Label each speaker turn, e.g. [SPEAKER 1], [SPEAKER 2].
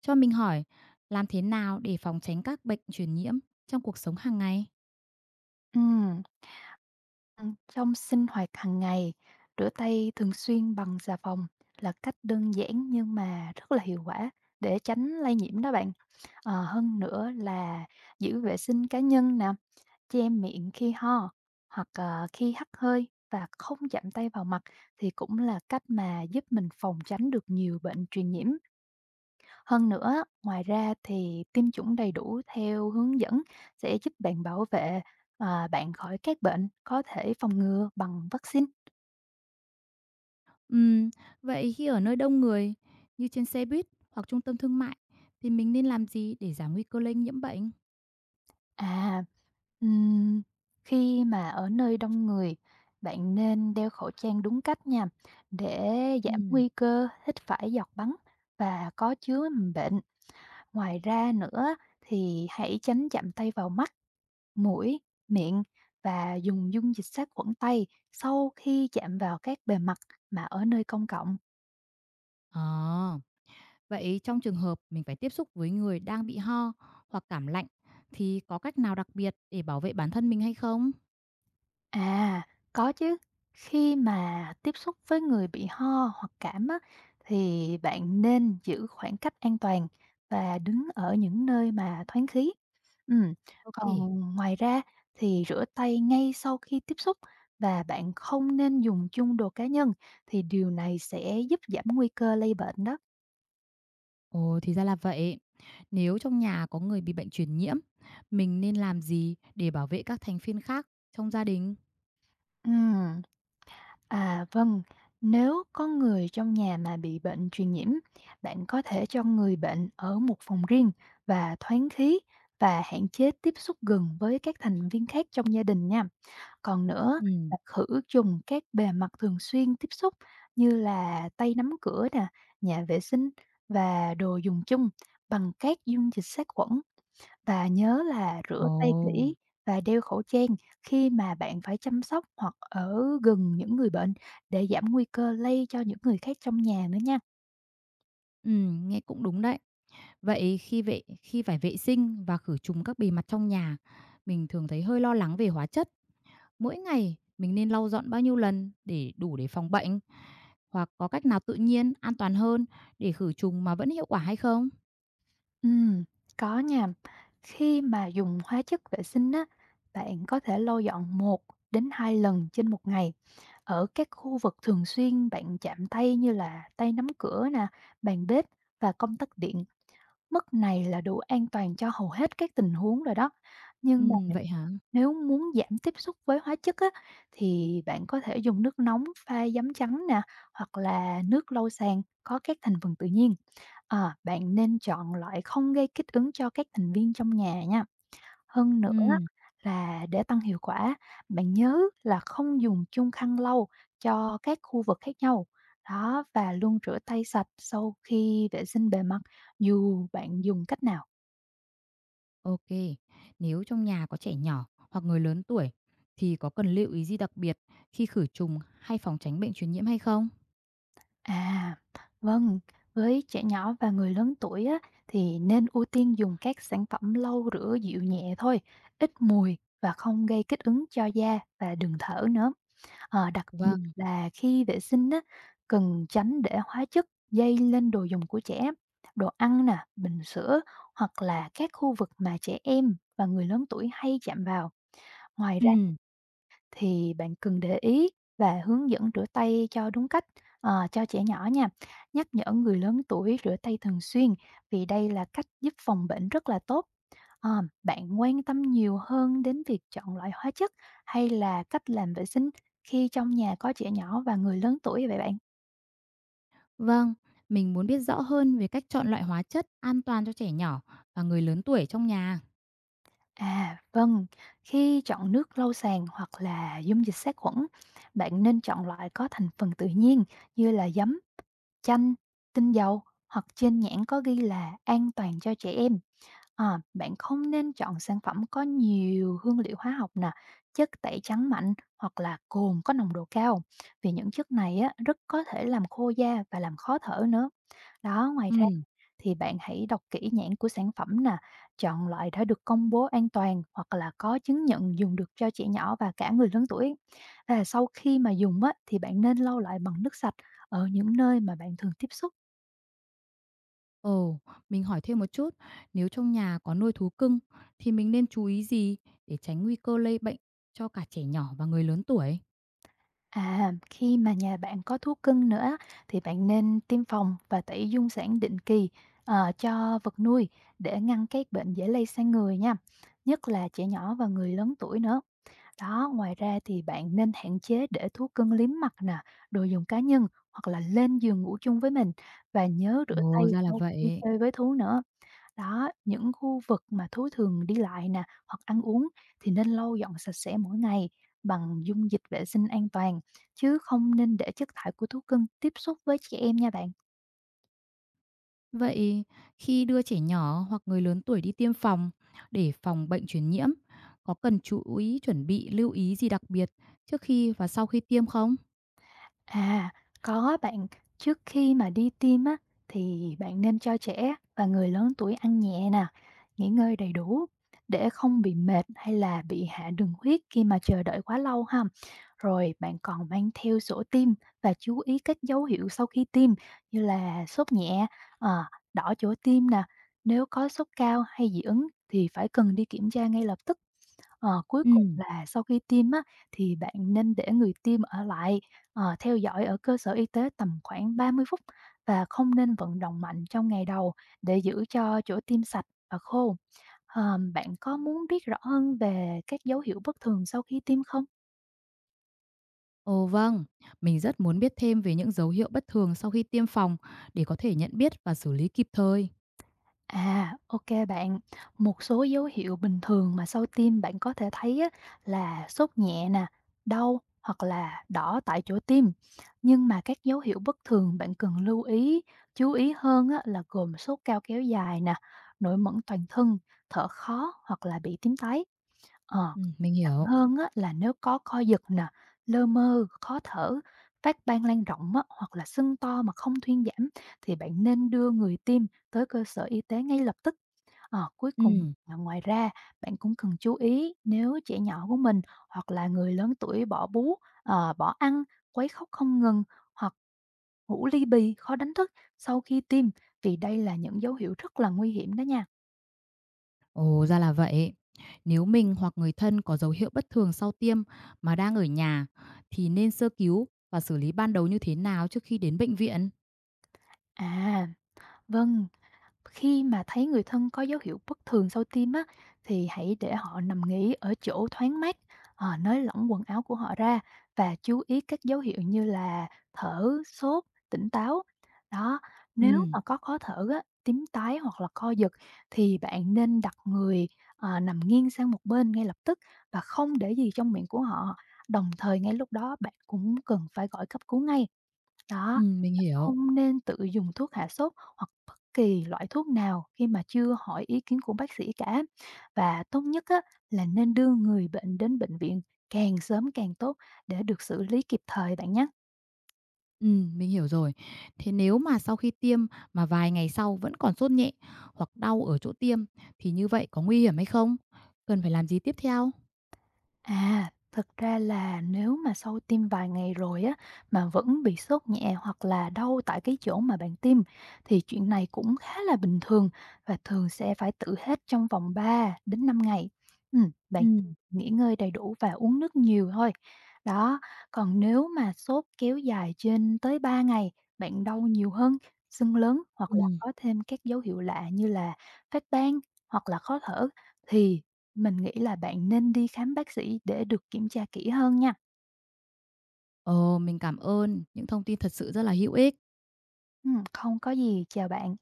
[SPEAKER 1] Cho mình hỏi, làm thế nào để phòng tránh các bệnh truyền nhiễm trong cuộc sống hàng ngày?
[SPEAKER 2] Ừm. Trong sinh hoạt hàng ngày, rửa tay thường xuyên bằng xà phòng là cách đơn giản nhưng mà rất là hiệu quả để tránh lây nhiễm đó bạn. Hơn nữa là giữ vệ sinh cá nhân nè, che miệng khi ho hoặc, khi hắt hơi và không chạm tay vào mặt thì cũng là cách mà giúp mình phòng tránh được nhiều bệnh truyền nhiễm. Hơn nữa, ngoài ra thì tiêm chủng đầy đủ theo hướng dẫn sẽ giúp bạn bảo vệ, bạn khỏi các bệnh có thể phòng ngừa bằng vắc-xin.
[SPEAKER 1] Ừm, vậy khi ở nơi đông người như trên xe buýt hoặc trung tâm thương mại thì mình nên làm gì để giảm nguy cơ lây nhiễm bệnh?
[SPEAKER 2] À, ừm, khi mà ở nơi đông người, bạn nên đeo khẩu trang đúng cách nha, để giảm
[SPEAKER 1] Ừm.
[SPEAKER 2] nguy cơ hít phải giọt bắn và có chứa mầm bệnh. Ngoài ra nữa thì hãy tránh chạm tay vào mắt, mũi, miệng và dùng dung dịch sát khuẩn tay sau khi chạm vào các bề mặt mà ở nơi công cộng.
[SPEAKER 1] Ờ, vậy trong trường hợp mình phải tiếp xúc với người đang bị ho hoặc cảm lạnh thì có cách nào đặc biệt để bảo vệ bản thân mình hay không?
[SPEAKER 2] À, có chứ. Khi mà tiếp xúc với người bị ho hoặc cảm á, thì bạn nên giữ khoảng cách an toàn và đứng ở những nơi mà thoáng khí. Ừ.
[SPEAKER 1] Ok.
[SPEAKER 2] Còn ngoài ra thì rửa tay ngay sau khi tiếp xúc, và bạn không nên dùng chung đồ cá nhân, thì điều này sẽ giúp giảm nguy cơ lây bệnh đó.
[SPEAKER 1] Ồ, thì ra là vậy. Nếu trong nhà có người bị bệnh truyền nhiễm, mình nên làm gì để bảo vệ các thành viên khác trong gia đình?
[SPEAKER 2] Ừ. Vâng, nếu có người trong nhà mà bị bệnh truyền nhiễm, bạn có thể cho người bệnh ở một phòng riêng và thoáng khí, và hạn chế tiếp xúc gần với các thành viên khác trong gia đình nha. Còn nữa
[SPEAKER 1] Ừm.
[SPEAKER 2] là khử trùng các bề mặt thường xuyên tiếp xúc như là tay nắm cửa nè, nhà vệ sinh và đồ dùng chung bằng các dung dịch sát khuẩn, và nhớ là rửa
[SPEAKER 1] Ồ.
[SPEAKER 2] tay kỹ và đeo khẩu trang khi mà bạn phải chăm sóc hoặc ở gần những người bệnh, để giảm nguy cơ lây cho những người khác trong nhà nữa nha.
[SPEAKER 1] Nghe cũng đúng đấy. Vậy khi phải vệ sinh và khử trùng các bề mặt trong nhà, mình thường thấy hơi lo lắng về hóa chất. Mỗi ngày mình nên lau dọn bao nhiêu lần để đủ để phòng bệnh? Hoặc có cách nào tự nhiên, an toàn hơn để khử trùng mà vẫn hiệu quả hay không?
[SPEAKER 2] Ừm, có nha. Khi mà dùng hóa chất vệ sinh á, bạn có thể lau dọn 1 đến 2 lần trên 1 ngày ở các khu vực thường xuyên bạn chạm tay như là tay nắm cửa nè, bàn bếp và công tắc điện. Mức này là đủ an toàn cho hầu hết các tình huống rồi đó. Nhưng mà
[SPEAKER 1] Vậy hả?
[SPEAKER 2] nếu muốn giảm tiếp xúc với hóa chất á, thì bạn có thể dùng nước nóng pha giấm trắng nè, hoặc là nước lau sàn có các thành phần tự nhiên. Bạn nên chọn loại không gây kích ứng cho các thành viên trong nhà nha. Hơn nữa
[SPEAKER 1] Ừm,
[SPEAKER 2] là để tăng hiệu quả, bạn nhớ là không dùng chung khăn lâu cho các khu vực khác nhau. Đó, và luôn rửa tay sạch sau khi vệ sinh bề mặt dù bạn dùng cách nào.
[SPEAKER 1] ok. Nếu trong nhà có trẻ nhỏ hoặc người lớn tuổi thì có cần lưu ý gì đặc biệt khi khử trùng hay phòng tránh bệnh truyền nhiễm hay không?
[SPEAKER 2] À, vâng, với trẻ nhỏ và người lớn tuổi á, thì nên ưu tiên dùng các sản phẩm lau rửa dịu nhẹ thôi, ít mùi và không gây kích ứng cho da và đường thở nữa. Đặc biệt
[SPEAKER 1] Vâng.
[SPEAKER 2] là khi vệ sinh á, cần tránh để hóa chất dây lên đồ dùng của trẻ, đồ ăn nè, bình sữa hoặc là các khu vực mà trẻ em và người lớn tuổi hay chạm vào. Ngoài ra
[SPEAKER 1] Ừm.
[SPEAKER 2] thì bạn cần để ý và hướng dẫn rửa tay cho đúng cách, cho trẻ nhỏ nha. Nhắc nhở người lớn tuổi rửa tay thường xuyên, vì đây là cách giúp phòng bệnh rất là tốt. Ờ, bạn quan tâm nhiều hơn đến việc chọn loại hóa chất hay là cách làm vệ sinh khi trong nhà có trẻ nhỏ và người lớn tuổi vậy bạn?
[SPEAKER 1] Vâng, mình muốn biết rõ hơn về cách chọn loại hóa chất an toàn cho trẻ nhỏ và người lớn tuổi trong nhà.
[SPEAKER 2] Vâng, khi chọn nước lau sàn hoặc là dung dịch sát khuẩn, bạn nên chọn loại có thành phần tự nhiên như là giấm, chanh, tinh dầu, hoặc trên nhãn có ghi là an toàn cho trẻ em. Bạn không nên chọn sản phẩm có nhiều hương liệu hóa học nè, chất tẩy trắng mạnh hoặc là cồn có nồng độ cao, vì những chất này á, rất có thể làm khô da và làm khó thở nữa. Đó, ngoài
[SPEAKER 1] Ừ.
[SPEAKER 2] ra thì bạn hãy đọc kỹ nhãn của sản phẩm nè, chọn loại đã được công bố an toàn hoặc là có chứng nhận dùng được cho trẻ nhỏ và cả người lớn tuổi. Và sau khi mà dùng á, thì bạn nên lau lại bằng nước sạch ở những nơi mà bạn thường tiếp xúc.
[SPEAKER 1] Ồ, mình hỏi thêm một chút, nếu trong nhà có nuôi thú cưng thì mình nên chú ý gì để tránh nguy cơ lây bệnh cho cả trẻ nhỏ và người lớn tuổi?
[SPEAKER 2] Khi mà nhà bạn có thú cưng nữa, thì bạn nên tiêm phòng và tẩy dung sản định kỳ, cho vật nuôi, để ngăn các bệnh dễ lây sang người nha, nhất là trẻ nhỏ và người lớn tuổi nữa. Đó, ngoài ra thì bạn nên hạn chế để thú cưng liếm mặt nè, đồ dùng cá nhân, hoặc là lên giường ngủ chung với mình, và nhớ rửa tay
[SPEAKER 1] Ồ, ra là
[SPEAKER 2] sau khi
[SPEAKER 1] vậy.
[SPEAKER 2] chơi với thú nữa. Đó, những khu vực mà thú thường đi lại nè, hoặc ăn uống, thì nên lau dọn sạch sẽ mỗi ngày bằng dung dịch vệ sinh an toàn, chứ không nên để chất thải của thú cưng tiếp xúc với trẻ em nha bạn.
[SPEAKER 1] Vậy khi đưa trẻ nhỏ hoặc người lớn tuổi đi tiêm phòng để phòng bệnh truyền nhiễm, có cần chú ý chuẩn bị lưu ý gì đặc biệt trước khi và sau khi tiêm không?
[SPEAKER 2] À, có bạn. Trước khi mà đi tiêm á, thì bạn nên cho trẻ và người lớn tuổi ăn nhẹ nè, nghỉ ngơi đầy đủ, để không bị mệt hay là bị hạ đường huyết khi mà chờ đợi quá lâu ha. Rồi bạn còn mang theo sổ tiêm và chú ý các dấu hiệu sau khi tiêm, như là sốt nhẹ, ờ, đỏ chỗ tiêm nè. Nếu có sốt cao hay dị ứng thì phải cần đi kiểm tra ngay lập tức. Cuối
[SPEAKER 1] Ừ.
[SPEAKER 2] cùng là sau khi tiêm á, thì bạn nên để người tiêm ở lại, theo dõi ở cơ sở y tế tầm khoảng 30 phút, và không nên vận động mạnh trong ngày đầu, để giữ cho chỗ tiêm sạch và khô. Bạn có muốn biết rõ hơn về các dấu hiệu bất thường sau khi tiêm không?
[SPEAKER 1] Ồ vâng, mình rất muốn biết thêm về những dấu hiệu bất thường sau khi tiêm phòng để có thể nhận biết và xử lý kịp thời.
[SPEAKER 2] OK, bạn. Một số dấu hiệu bình thường mà sau tiêm bạn có thể thấy á, là sốt nhẹ nè, đau hoặc là đỏ tại chỗ tiêm. Nhưng mà các dấu hiệu bất thường bạn cần lưu ý, chú ý hơn á, là gồm sốt cao kéo dài nè, nổi mẩn toàn thân, thở khó hoặc là bị tím tái. Ờ,
[SPEAKER 1] Ừ, mình
[SPEAKER 2] nặng
[SPEAKER 1] hiểu.
[SPEAKER 2] hơn á, là nếu có co giật nè, lơ mơ, khó thở, phát ban lan rộng á, hoặc là sưng to mà không thuyên giảm, thì bạn nên đưa người tiêm tới cơ sở y tế ngay lập tức. Cuối cùng
[SPEAKER 1] Ừ,
[SPEAKER 2] là ngoài ra, bạn cũng cần chú ý nếu trẻ nhỏ của mình hoặc là người lớn tuổi bỏ bú, bỏ ăn, quấy khóc không ngừng hoặc ngủ ly bì, khó đánh thức sau khi tiêm, vì đây là những dấu hiệu rất là nguy hiểm đó nha.
[SPEAKER 1] ồ ra là vậy. Nếu mình hoặc người thân có dấu hiệu bất thường sau tiêm mà đang ở nhà thì nên sơ cứu và xử lý ban đầu như thế nào trước khi đến bệnh viện?
[SPEAKER 2] À, vâng, khi mà thấy người thân có dấu hiệu bất thường sau tiêm á, thì hãy để họ nằm nghỉ ở chỗ thoáng mát, nới lỏng quần áo của họ ra, và chú ý các dấu hiệu như là thở, sốt, tỉnh táo. Đó, nếu
[SPEAKER 1] Ừ,
[SPEAKER 2] mà có khó thở á, tím tái hoặc là co giật, thì bạn nên đặt người nằm nghiêng sang một bên ngay lập tức, và không để gì trong miệng của họ. Đồng thời ngay lúc đó bạn cũng cần phải gọi cấp cứu ngay
[SPEAKER 1] ừ,
[SPEAKER 2] đó,
[SPEAKER 1] mình
[SPEAKER 2] bạn
[SPEAKER 1] hiểu.
[SPEAKER 2] không nên tự dùng thuốc hạ sốt hoặc bất kỳ loại thuốc nào khi mà chưa hỏi ý kiến của bác sĩ cả. Và tốt nhất á, là nên đưa người bệnh đến bệnh viện càng sớm càng tốt, để được xử lý kịp thời bạn nhé.
[SPEAKER 1] Ừ, mình hiểu rồi. Thế nếu mà sau khi tiêm mà vài ngày sau vẫn còn sốt nhẹ hoặc đau ở chỗ tiêm thì như vậy có nguy hiểm hay không? Cần phải làm gì tiếp theo?
[SPEAKER 2] Thật ra là nếu mà sau tiêm vài ngày rồi á, mà vẫn bị sốt nhẹ hoặc là đau tại cái chỗ mà bạn tiêm, thì chuyện này cũng khá là bình thường, và thường sẽ phải tự hết trong vòng 3 đến 5 ngày. Ừm,
[SPEAKER 1] Ừ.
[SPEAKER 2] bạn nghỉ ngơi đầy đủ và uống nước nhiều thôi. Đó, còn nếu mà sốt kéo dài trên tới 3 ngày, bạn đau nhiều hơn, sưng lớn hoặc là
[SPEAKER 1] Ừm.
[SPEAKER 2] có thêm các dấu hiệu lạ như là phát ban hoặc là khó thở, thì mình nghĩ là bạn nên đi khám bác sĩ để được kiểm tra kỹ hơn nha.
[SPEAKER 1] Ờ, mình cảm ơn những thông tin thật sự rất là hữu ích.
[SPEAKER 2] Không có gì, chào bạn.